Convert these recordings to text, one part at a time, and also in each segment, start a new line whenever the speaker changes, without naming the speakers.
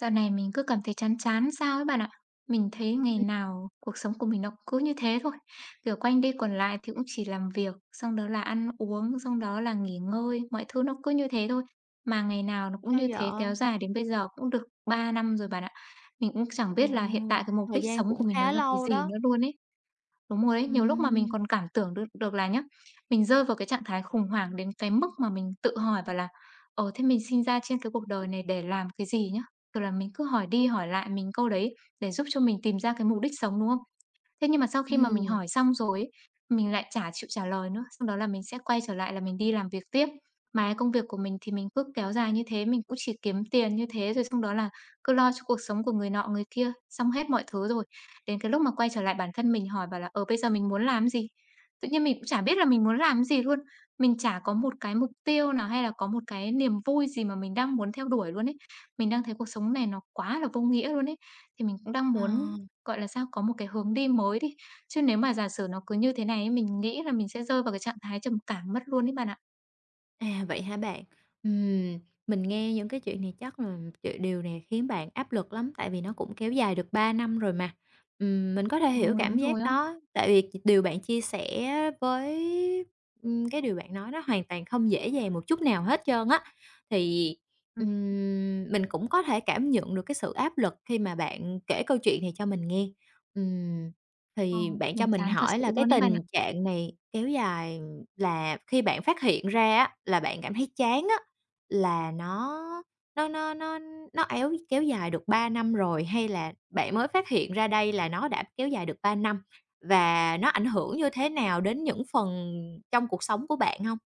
Dạo này mình cứ cảm thấy chán chán sao ấy bạn ạ. Mình thấy ngày
Ừm,
nào cuộc sống của mình nó cứ như thế thôi. Kiểu quanh đi quẩn lại thì cũng chỉ làm việc, xong đó là ăn uống, xong đó là nghỉ ngơi, mọi thứ nó cứ như thế thôi. Mà ngày nào nó cũng
Sao
như thế kéo
vậy?
dài đến bây giờ cũng được 3 năm rồi bạn ạ. Mình cũng chẳng
Ồ.
biết là hiện tại cái mục
Thời
đích
gian
sống
cũng
của mình nó
khá
là cái
lâu
gì
đó.
nữa luôn ấy. Đúng rồi đấy, nhiều lúc mà mình
Ừm.
còn cảm tưởng được được là nhá, mình rơi vào cái trạng thái khủng hoảng đến cái mức mà mình tự hỏi và là: "Ờ, thế mình sinh ra trên cái cuộc đời này để làm cái gì nhá?" Kiểu là, mình cứ hỏi đi hỏi lại mình câu đấy để giúp cho mình tìm ra cái mục đích sống, đúng không? Thế nhưng mà sau khi mà mình
Ừm.
hỏi xong rồi ấy, mình lại chả chịu trả lời nữa, sau đó là mình sẽ quay trở lại là mình đi làm việc tiếp. Mà cái công việc của mình thì mình cứ kéo dài như thế, mình cũng chỉ kiếm tiền như thế, rồi xong đó là cứ lo cho cuộc sống của người nọ người kia, xong hết mọi thứ rồi. Đến cái lúc mà quay trở lại bản thân mình hỏi bảo là: "Ờ, bây giờ mình muốn làm gì?" Tự nhiên mình cũng chả biết là mình muốn làm gì luôn. Mình chả có một cái mục tiêu nào hay là có một cái niềm vui gì mà mình đang muốn theo đuổi luôn ấy. Mình đang thấy cuộc sống này nó quá là vô nghĩa luôn ấy. Thì mình cũng đang
Ờ.
muốn, gọi là sao, có một cái hướng đi mới đi. Chứ nếu mà giả sử nó cứ như thế này ấy, mình nghĩ là mình sẽ rơi vào cái trạng thái trầm cảm mất luôn ấy bạn ạ.
À, vậy hả bạn? Ừm, mình nghe những cái chuyện này chắc là chuyện điều này khiến bạn áp lực lắm, tại vì nó cũng kéo dài được 3 năm rồi mà. Mình có thể hiểu
Ồ,
cảm
đúng
giác
rồi á.
đó, tại vì điều bạn chia sẻ với cái điều bạn nói nó hoàn toàn không dễ dàng một chút nào hết trơn á. Thì,
Ừm,
mình cũng có thể cảm nhận được cái sự áp lực khi mà bạn kể câu chuyện này cho mình nghe. Ừm,
ờ,
thì bạn cho
mình
mình
chán thật
hỏi
sự
là cái
luôn ấy bạn ạ.
tình trạng này kéo dài là khi bạn phát hiện ra á, là bạn cảm thấy chán á, là nó nó nó nó éo kéo dài được 3 năm rồi, hay là bạn mới phát hiện ra đây là nó đã kéo dài được 3 năm? Và nó ảnh hưởng như thế nào đến những phần trong cuộc sống của bạn hông?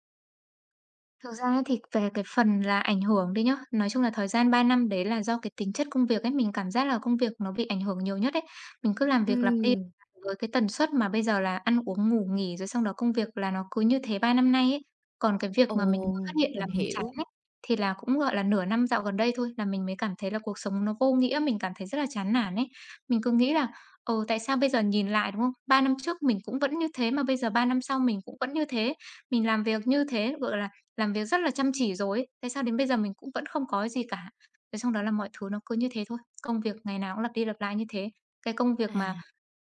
Thực ra ấy thì về cái phần là ảnh hưởng đi nhá, nói chung là thời gian 3 năm đấy là do cái tính chất công việc ấy, mình cảm giác là công việc nó bị ảnh hưởng nhiều nhất ấy. Mình cứ làm việc lặp đi lặp
Ừm,
lại với cái tần suất mà bây giờ là ăn uống, ngủ nghỉ rồi xong đó công việc là nó cứ như thế 3 năm nay ấy. Còn cái việc
Ồ,
mà mình mới phát hiện là
mình
mình chán
hiểu.
ấy, thì là cũng, gọi là, nửa năm dạo gần đây thôi là mình mới cảm thấy là cuộc sống nó vô nghĩa, mình cảm thấy rất là chán nản ấy. Mình cứ nghĩ là, ờ, tại sao bây giờ nhìn lại, đúng không? 3 năm trước mình cũng vẫn như thế mà bây giờ 3 năm sau mình cũng vẫn như thế, mình làm việc như thế, gọi là, làm việc rất là chăm chỉ rồi ấy, tại sao đến bây giờ mình cũng vẫn không có cái gì cả? Thế xong đó là mọi thứ nó cứ như thế thôi, công việc ngày nào cũng lặp đi lặp lại như thế. Cái công việc
À,
mà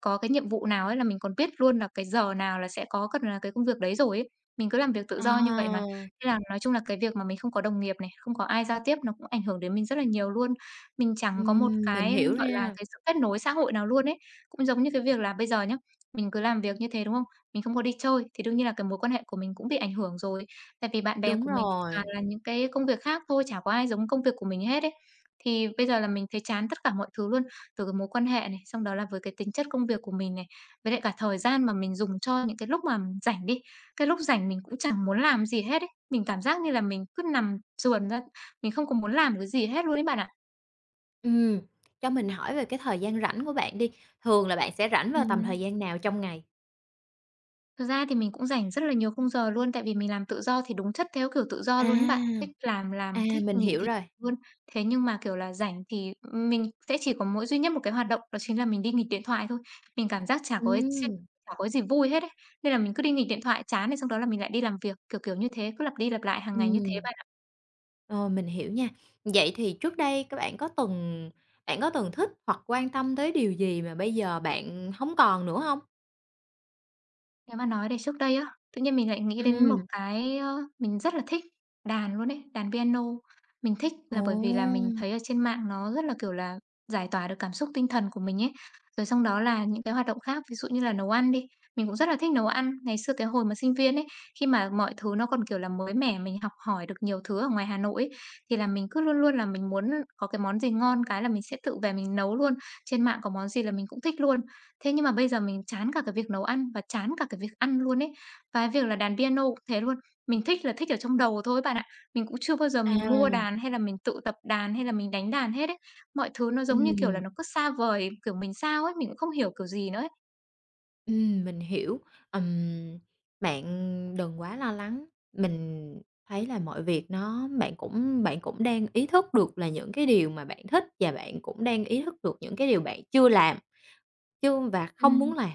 có cái nhiệm vụ nào ấy là mình còn biết luôn là cái giờ nào là sẽ có cần là cái công việc đấy rồi ấy. Mình cứ làm việc tự do như vậy mà.
à,
Nên là nói chung là cái việc mà mình không có đồng nghiệp này, không có ai giao tiếp nó cũng ảnh hưởng đến mình rất là nhiều luôn. Mình chẳng có một
mình
cái,
hiểu
gọi là,
ra,
cái sự kết nối xã hội nào luôn ấy. Cũng giống như cái việc là bây giờ nhá, mình cứ làm việc như thế, đúng không? Mình không có đi chơi thì đương nhiên là cái mối quan hệ của mình cũng bị ảnh hưởng rồi. Tại vì bạn bè
đúng
của mình thì toàn
rồi.
là những cái công việc khác thôi, chả có ai giống công việc của mình hết ấy. Thì bây giờ là mình thấy chán tất cả mọi thứ luôn. Từ cái mối quan hệ này, xong đó là với cái tính chất công việc của mình này, với lại cả thời gian mà mình dùng cho những cái lúc mà rảnh đi, cái lúc rảnh mình cũng chẳng muốn làm gì hết ấy. Mình cảm giác như là mình cứ nằm sườn ra, mình không có muốn làm cái gì hết luôn ấy bạn ạ.
Ừm, cho mình hỏi về cái thời gian rảnh của bạn đi, thường là bạn sẽ rảnh vào tầm thời
Ừm.
gian nào trong ngày?
Thực ra thì mình cũng dành rất là nhiều khung giờ luôn, tại vì mình làm tự do thì đúng chất theo kiểu tự do
À.
luôn ấy bạn, thích
À,
làm, thích
mình
nghỉ
hiểu
thì
rồi.
luôn. Thế nhưng mà, kiểu là, rảnh thì mình sẽ chỉ có mỗi duy nhất một cái hoạt động đó chính là mình đi nghịch điện thoại thôi. Mình cảm giác chả
Ừm,
có gì vui hết ấy, nên là mình cứ đi nghịch điện thoại chán thì xong đó là mình lại đi làm việc, kiểu, kiểu như thế, cứ lặp đi lặp lại hàng ngày như thế
ừm,
bạn.
ờ, mình hiểu nha. Vậy thì trước đây các bạn có từng thích hoặc quan tâm tới điều gì mà bây giờ bạn hông còn nữa hông?
Nếu mà nói đến trước đây á, tự nhiên mình lại nghĩ đến
Ừm.
một cái, mình rất là thích, đàn luôn ấy, đàn piano. Mình thích
Ồ!
là bởi vì là mình thấy ở trên mạng nó rất là, kiểu là, giải tỏa được cảm xúc tinh thần của mình ấy. Rồi xong đó là những cái hoạt động khác, ví dụ như là nấu ăn đi, mình cũng rất là thích nấu ăn. Ngày xưa cái hồi mà sinh viên ấy, khi mà mọi thứ nó còn, kiểu là, mới mẻ, mình học hỏi được nhiều thứ ở ngoài Hà Nội ấy, thì là mình cứ luôn luôn là mình muốn có cái món gì ngon cái là mình sẽ tự về mình nấu luôn. Trên mạng có món gì là mình cũng thích luôn. Thế nhưng mà bây giờ mình chán cả cái việc nấu ăn và chán cả cái việc ăn luôn ấy. Và cái việc là đàn piano cũng thế luôn, mình thích là thích ở trong đầu thôi bạn ạ. Mình cũng chưa bao giờ
À,
mình mua đàn hay là mình tự tập đàn hay là mình đánh đàn hết ấy. Mọi thứ nó giống như, kiểu là,
ừm,
nó cứ xa vời, kiểu, mình sao ấy, mình cũng không hiểu kiểu gì nữa ấy.
mình hiểu. Ừm, Bạn đừng quá lo lắng, mình thấy là mọi việc nó bạn cũng đang ý thức được là những cái điều mà bạn thích và bạn cũng đang ý thức được những cái điều bạn chưa làm. Chứ và không muốn
Ừm.
làm.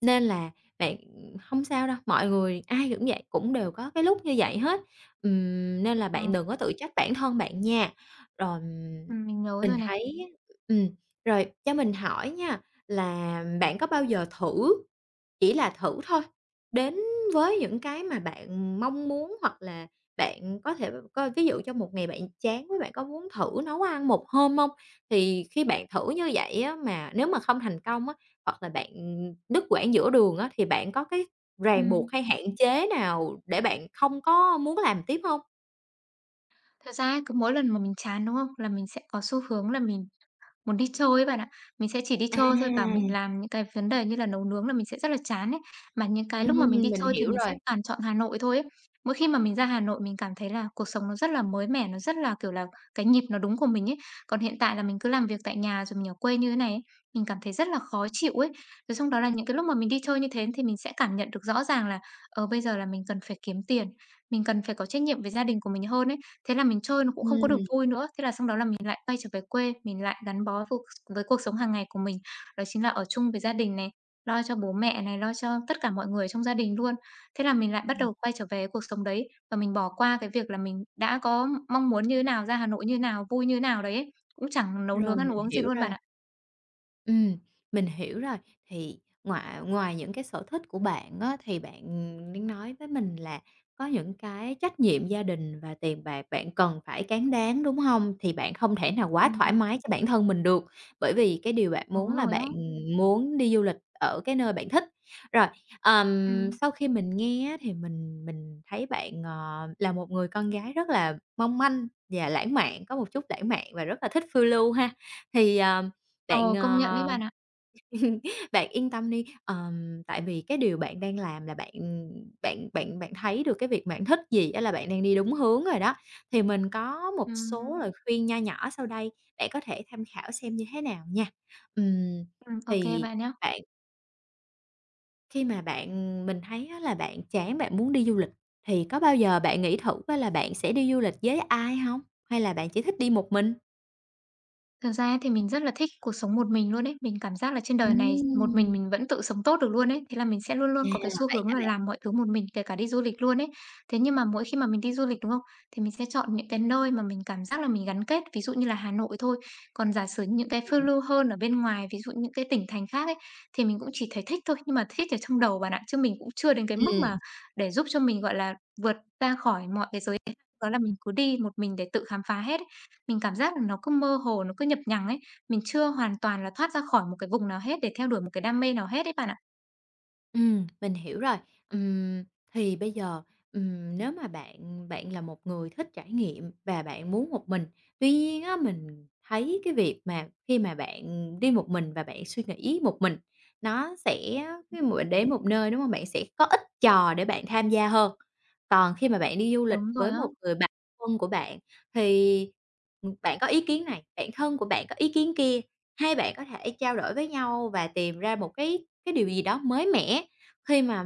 Nên là bạn không sao đâu, mọi người ai cũng vậy, cũng đều có cái lúc như vậy hết. Nên là
Ờ,
bạn đừng có tự trách bản thân bạn nha. Rồi ừm,
mình nhớ
mình
rồi này.
thấy ừm, rồi, cho mình hỏi nha, là bạn có bao giờ thử, chỉ là thử thôi, đến với những cái mà bạn mong muốn hoặc là bạn có thể coi ví dụ trong một ngày bạn chán với bạn có muốn thử nấu ăn một hôm không? Thì khi bạn thử như vậy á, mà nếu mà không thành công á hoặc là bạn đứt quãng giữa đường á, thì bạn có cái ràng buộc
Ừm,
hay hạn chế nào để bạn không có muốn làm tiếp hông?
thật ra ấy, cứ mỗi lần mà mình chán, đúng không? Là mình sẽ có xu hướng là mình muốn đi chơi ấy bạn ạ. Mình sẽ chỉ đi
À,
chơi thôi, và mình làm những cái vấn đề như là nấu nướng là mình sẽ rất là chán ấy. Mà những cái lúc mà mình đi
mình
chơi thì
hiểu
mình sẽ
rồi.
toàn chọn Hà Nội thôi ấy. Mỗi khi mà mình ra Hà Nội mình cảm thấy là cuộc sống nó rất là mới mẻ, nó rất là, kiểu là, cái nhịp nó đúng của mình ấy. Còn hiện tại là mình cứ làm việc tại nhà rồi mình ở quê như thế này ấy, mình cảm thấy rất là khó chịu ấy. Rồi xong đó là những cái lúc mà mình đi chơi như thế thì mình sẽ cảm nhận được rõ ràng là, ờ, bây giờ là mình cần phải kiếm tiền, mình cần phải có trách nhiệm với gia đình của mình hơn ấy. Thế là mình chơi nó cũng không có được
Ừm,
vui nữa, thế là xong đó là mình lại quay trở về quê, mình lại gắn bó cuộc với cuộc sống hàng ngày của mình, đó chính là ở chung với gia đình này, lo cho bố mẹ này, lo cho tất cả mọi người trong gia đình luôn. Thế là mình lại bắt đầu quay trở về cuộc sống đấy và mình bỏ qua cái việc là mình đã có mong muốn như thế nào, ra Hà Nội như thế nào, vui như thế nào đấy ấy, cũng chẳng nấu
rồi,
nướng ăn
Mình
uống gì
hiểu
luôn bạn
rồi.
ạ.
Ừm, mình hiểu rồi. Thì ngoài ngoài những cái sở thích của bạn á, thì bạn đang nói với mình là có những cái trách nhiệm gia đình và tiền bạc bạn cần phải cán đáng, đúng hông? Thì bạn không thể nào quá thoải
Ừm.
mái cho bản thân mình được, bởi vì cái điều bạn
Đúng
muốn là
rồi á.
bạn muốn đi du lịch ở cái nơi bạn thích. Rồi,
Ừm.
sau khi mình nghe á, thì mình thấy bạn, là một người con gái rất là mong manh và lãng mạn, có một chút lãng mạn và rất là thích phiêu lưu ha. Thì, bạn,
Ờ, công nhận đấy
ờ
bạn ạ.
bạn yên tâm đi, tại vì cái điều bạn đang làm là bạn, bạn bạn bạn thấy được cái việc bạn thích gì á là bạn đang đi đúng hướng rồi đó. Thì mình có một số
Ừm,
lời khuyên nho nhỏ sau đây, bạn có thể tham khảo xem như thế nào nha. Ừm,
ô
thì
bạn nhá.
bạn khi mà mình thấy á là bạn chán, bạn muốn đi du lịch, thì có bao giờ bạn nghĩ thử á là bạn sẽ đi du lịch với ai không? Hay là bạn chỉ thích đi một mình?
Thật ra thì mình rất là thích cuộc sống một mình luôn ấy. Mình cảm giác là trên đời này một
Ừm.
mình vẫn tự sống tốt được luôn ấy. Thế là mình sẽ luôn luôn
À,
có cái xu
vậy
hướng
hả
là
bạn?
làm mọi thứ một mình, kể cả đi du lịch luôn ấy. Thế nhưng mà mỗi khi mà mình đi du lịch, đúng không? Thì mình sẽ chọn những cái nơi mà mình cảm giác là mình gắn kết, ví dụ như là Hà Nội thôi. Còn giả sử những cái phiêu lưu hơn ở bên ngoài, ví dụ những cái tỉnh thành khác ấy, thì mình cũng chỉ thấy thích thôi, nhưng mà thích ở trong đầu bạn ạ, chứ mình cũng chưa đến cái mức mà
Ừm.
để giúp cho mình, gọi là, vượt ra khỏi mọi cái giới hạn đó là mình cứ đi một mình để tự khám phá hết ấy. Mình cảm giác là nó cứ mơ hồ, nó cứ nhập nhằng ấy, mình chưa hoàn toàn là thoát ra khỏi một cái vùng nào hết để theo đuổi một cái đam mê nào hết ấy bạn ạ.
Mình hiểu rồi. Ừm, thì bây giờ, nếu mà bạn bạn là một người thích trải nghiệm và bạn muốn một mình, tuy nhiên á, mình thấy cái việc mà khi mà bạn đi một mình và bạn suy nghĩ một mình, nó sẽ khi mà bạn đến một nơi, đúng không? Bạn sẽ có ít trò để bạn tham gia hơn. Còn khi mà bạn đi du lịch
Đúng
với
rồi á.
một người bạn thân của bạn thì, bạn có ý kiến này, bạn thân của bạn có ý kiến kia, hai bạn có thể trao đổi với nhau và tìm ra một cái điều gì đó mới mẻ. Khi mà,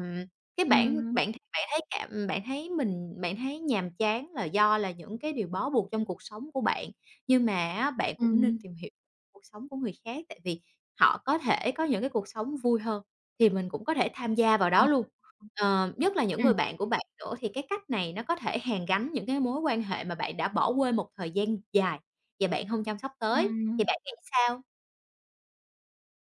cái bạn
Ừm,
bạn th bạn thấy cảm bạn thấy nhàm chán là do là những cái điều bó buộc trong cuộc sống của bạn, nhưng mà á bạn cũng nên
Ừm.
tìm hiểu cuộc sống của người khác, tại vì họ có thể có những cái cuộc sống vui hơn, thì mình cũng có thể tham gia vào
Ờ,
đó luôn. Ờ, nhất là những
ừm,
người bạn của bạn nữa thì cái cách này nó có thể hàn gắn những cái mối quan hệ mà bạn đã bỏ quên một thời gian dài và bạn hông chăm sóc tới, thì
ừm.
bạn nghĩ sao?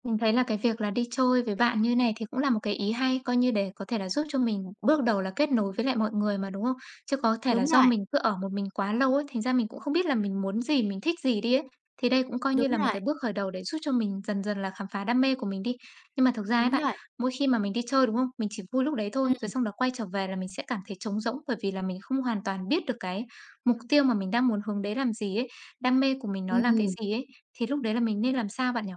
mình thấy là cái việc là đi chơi với bạn như này thì cũng là một cái ý hay, coi như để có thể là giúp cho mình bước đầu là kết nối với lại mọi người mà, đúng không? Chứ có thể là
Đúng
do
rồi,
mình cứ ở một mình quá lâu ấy, thành ra mình cũng không biết là mình muốn gì, mình thích gì đi ấy. Thì đây cũng coi như
đúng
là một
rồi,
cái bước khởi đầu để giúp cho mình dần dần là khám phá đam mê của mình đi. Nhưng mà thực ra ấy
đúng
bạn,
rồi,
mỗi khi mà mình đi chơi, đúng không? Mình chỉ vui lúc đấy thôi, rồi
ừm,
xong đó quay trở về là mình sẽ cảm thấy trống rỗng bởi vì là mình không hoàn toàn biết được cái mục tiêu mà mình đang muốn hướng đến làm gì ấy, đam mê của mình nó là cái
ừm.
gì ấy. Thì lúc đấy là mình nên làm sao bạn nhỉ?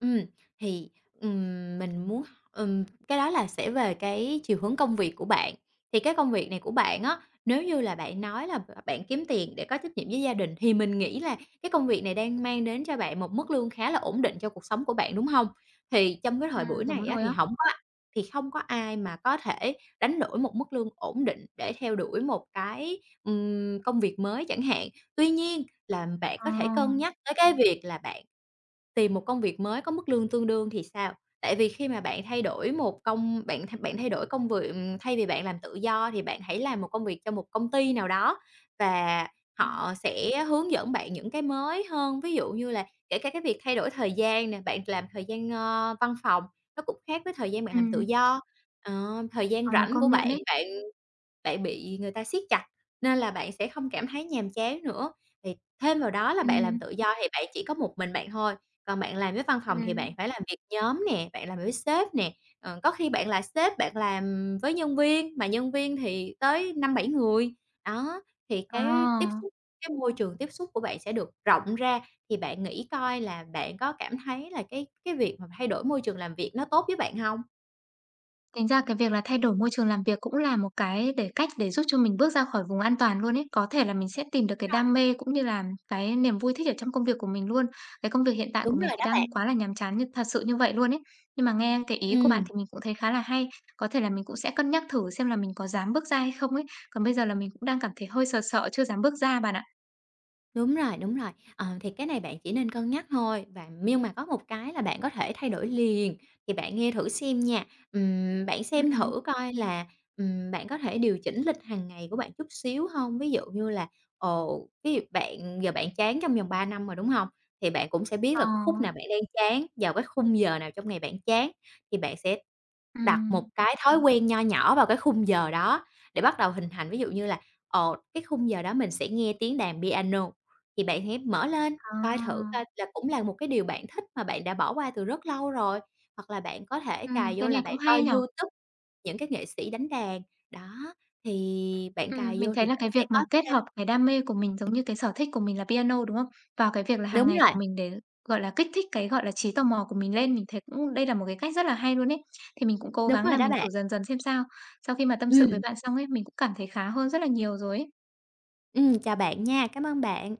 Ừm, thì, mình muốn cái đó là sẽ về cái chiều hướng công việc của bạn. Thì cái công việc này của bạn á, nếu như là bạn nói là bạn kiếm tiền để có trách nhiệm với gia đình, thì mình nghĩ là cái công việc này đang mang đến cho bạn một mức lương khá là ổn định cho cuộc sống của bạn, đúng không? Thì trong cái thời buổi
Đúng
này á,
rồi
thì
á.
hổng có thì không có ai mà có thể đánh đổi một mức lương ổn định để theo đuổi một cái, công việc mới chẳng hạn. Tuy nhiên là bạn
Ờ.
có thể cân nhắc tới cái việc là bạn tìm một công việc mới có mức lương tương đương thì sao? Tại vì khi mà bạn thay đổi một công bạn th bạn thay đổi công việc thay vì bạn làm tự do thì bạn hãy làm một công việc cho một công ty nào đó và
Ừm.
họ sẽ hướng dẫn bạn những cái mới hơn. Ví dụ như là kể cả cái việc thay đổi thời gian nè, bạn làm thời gian, văn phòng, nó cũng khác với thời gian bạn làm tự
Ừm.
do. Ờ, thời gian
Ờ,
rảnh của
công nhận
bạn,
ấy.
bạn bị người ta siết chặt, nên là bạn sẽ không cảm thấy nhàm chán nữa. Thì thêm vào đó là bạn làm
Ừm,
tự do thì bạn chỉ có một mình bạn thôi. Còn bạn làm với văn phòng thì bạn
ừm.
phải làm việc nhóm nè, bạn làm với sếp nè, có khi bạn là sếp, bạn làm với nhân viên, mà nhân viên thì tới năm bảy người. Đó, thì
Ờ,
cái môi trường tiếp xúc của bạn sẽ được rộng ra, thì bạn nghĩ coi là bạn có cảm thấy là cái việc mà thay đổi môi trường làm việc nó tốt với bạn không?
tính ra cái việc là thay đổi môi trường làm việc cũng là một cái để cách để giúp cho mình bước ra khỏi vùng an toàn luôn ấy. Có thể là mình sẽ tìm được cái đam mê cũng như là cái niềm vui thích ở trong công việc của mình luôn. Cái công việc hiện tại
Đúng
của mình
rồi
thì
đó bạn.
đang quá là nhàm chán như thật sự như vậy luôn ấy. Nhưng mà nghe cái ý của bạn
Ừm.
thì mình cũng thấy khá là hay. Có thể là mình cũng sẽ cân nhắc thử xem là mình có dám bước ra hay không ấy. Còn bây giờ là mình cũng đang cảm thấy hơi sợ sợ chưa dám bước ra bạn ạ.
Đúng rồi, đúng rồi. Ờ, thì cái này bạn chỉ nên cân nhắc thôi và nhưng mà có một cái là bạn có thể thay đổi liền, thì bạn nghe thử xem nha. Bạn
Ừm,
xem
ừm.
thử coi là, bạn có thể điều chỉnh lịch hàng ngày của bạn chút xíu không? Ví dụ như là, ví dụ bạn giờ bạn chán trong vòng 3 năm rồi, đúng không? Thì bạn cũng sẽ biết
Ờ,
là cái khúc nào bạn đang chán, vào cái khung giờ nào trong ngày bạn chán, thì bạn sẽ đặt
ừm.
một cái thói quen nho nhỏ vào cái khung giờ đó để bắt đầu hình thành, ví dụ như là, cái khung giờ đó mình sẽ nghe tiếng đàn piano, thì bạn hãy mở lên coi thử coi
À,
là cũng là một cái điều bạn thích mà bạn đã bỏ qua từ rất lâu rồi, hoặc là bạn có thể cài vô
cái
là
này cũng
bạn coi
hay nhở.
YouTube những cái nghệ sĩ đánh đàn. Đó, thì bạn cài
Mình
vô thì
thấy là
bạn
cái
sẽ
việc
có.
mà kết hợp cái đam mê của mình, giống như cái sở thích của mình là piano, đúng không? Vào cái việc là hàng
Đúng
ngày
rồi,
của mình để, gọi là, kích thích cái, gọi là, trí tò mò của mình lên, mình thấy cũng đây là một cái cách rất là hay luôn ấy. Thì mình cũng cố
đúng
gắng
rồi
là
đó
mình thử
bạn.
dần dần xem sao. Sau khi mà tâm
ừ
sự với bạn xong ấy, mình cũng cảm thấy khá hơn rất là nhiều rồi ấy.
Chào bạn nha, cảm ơn bạn.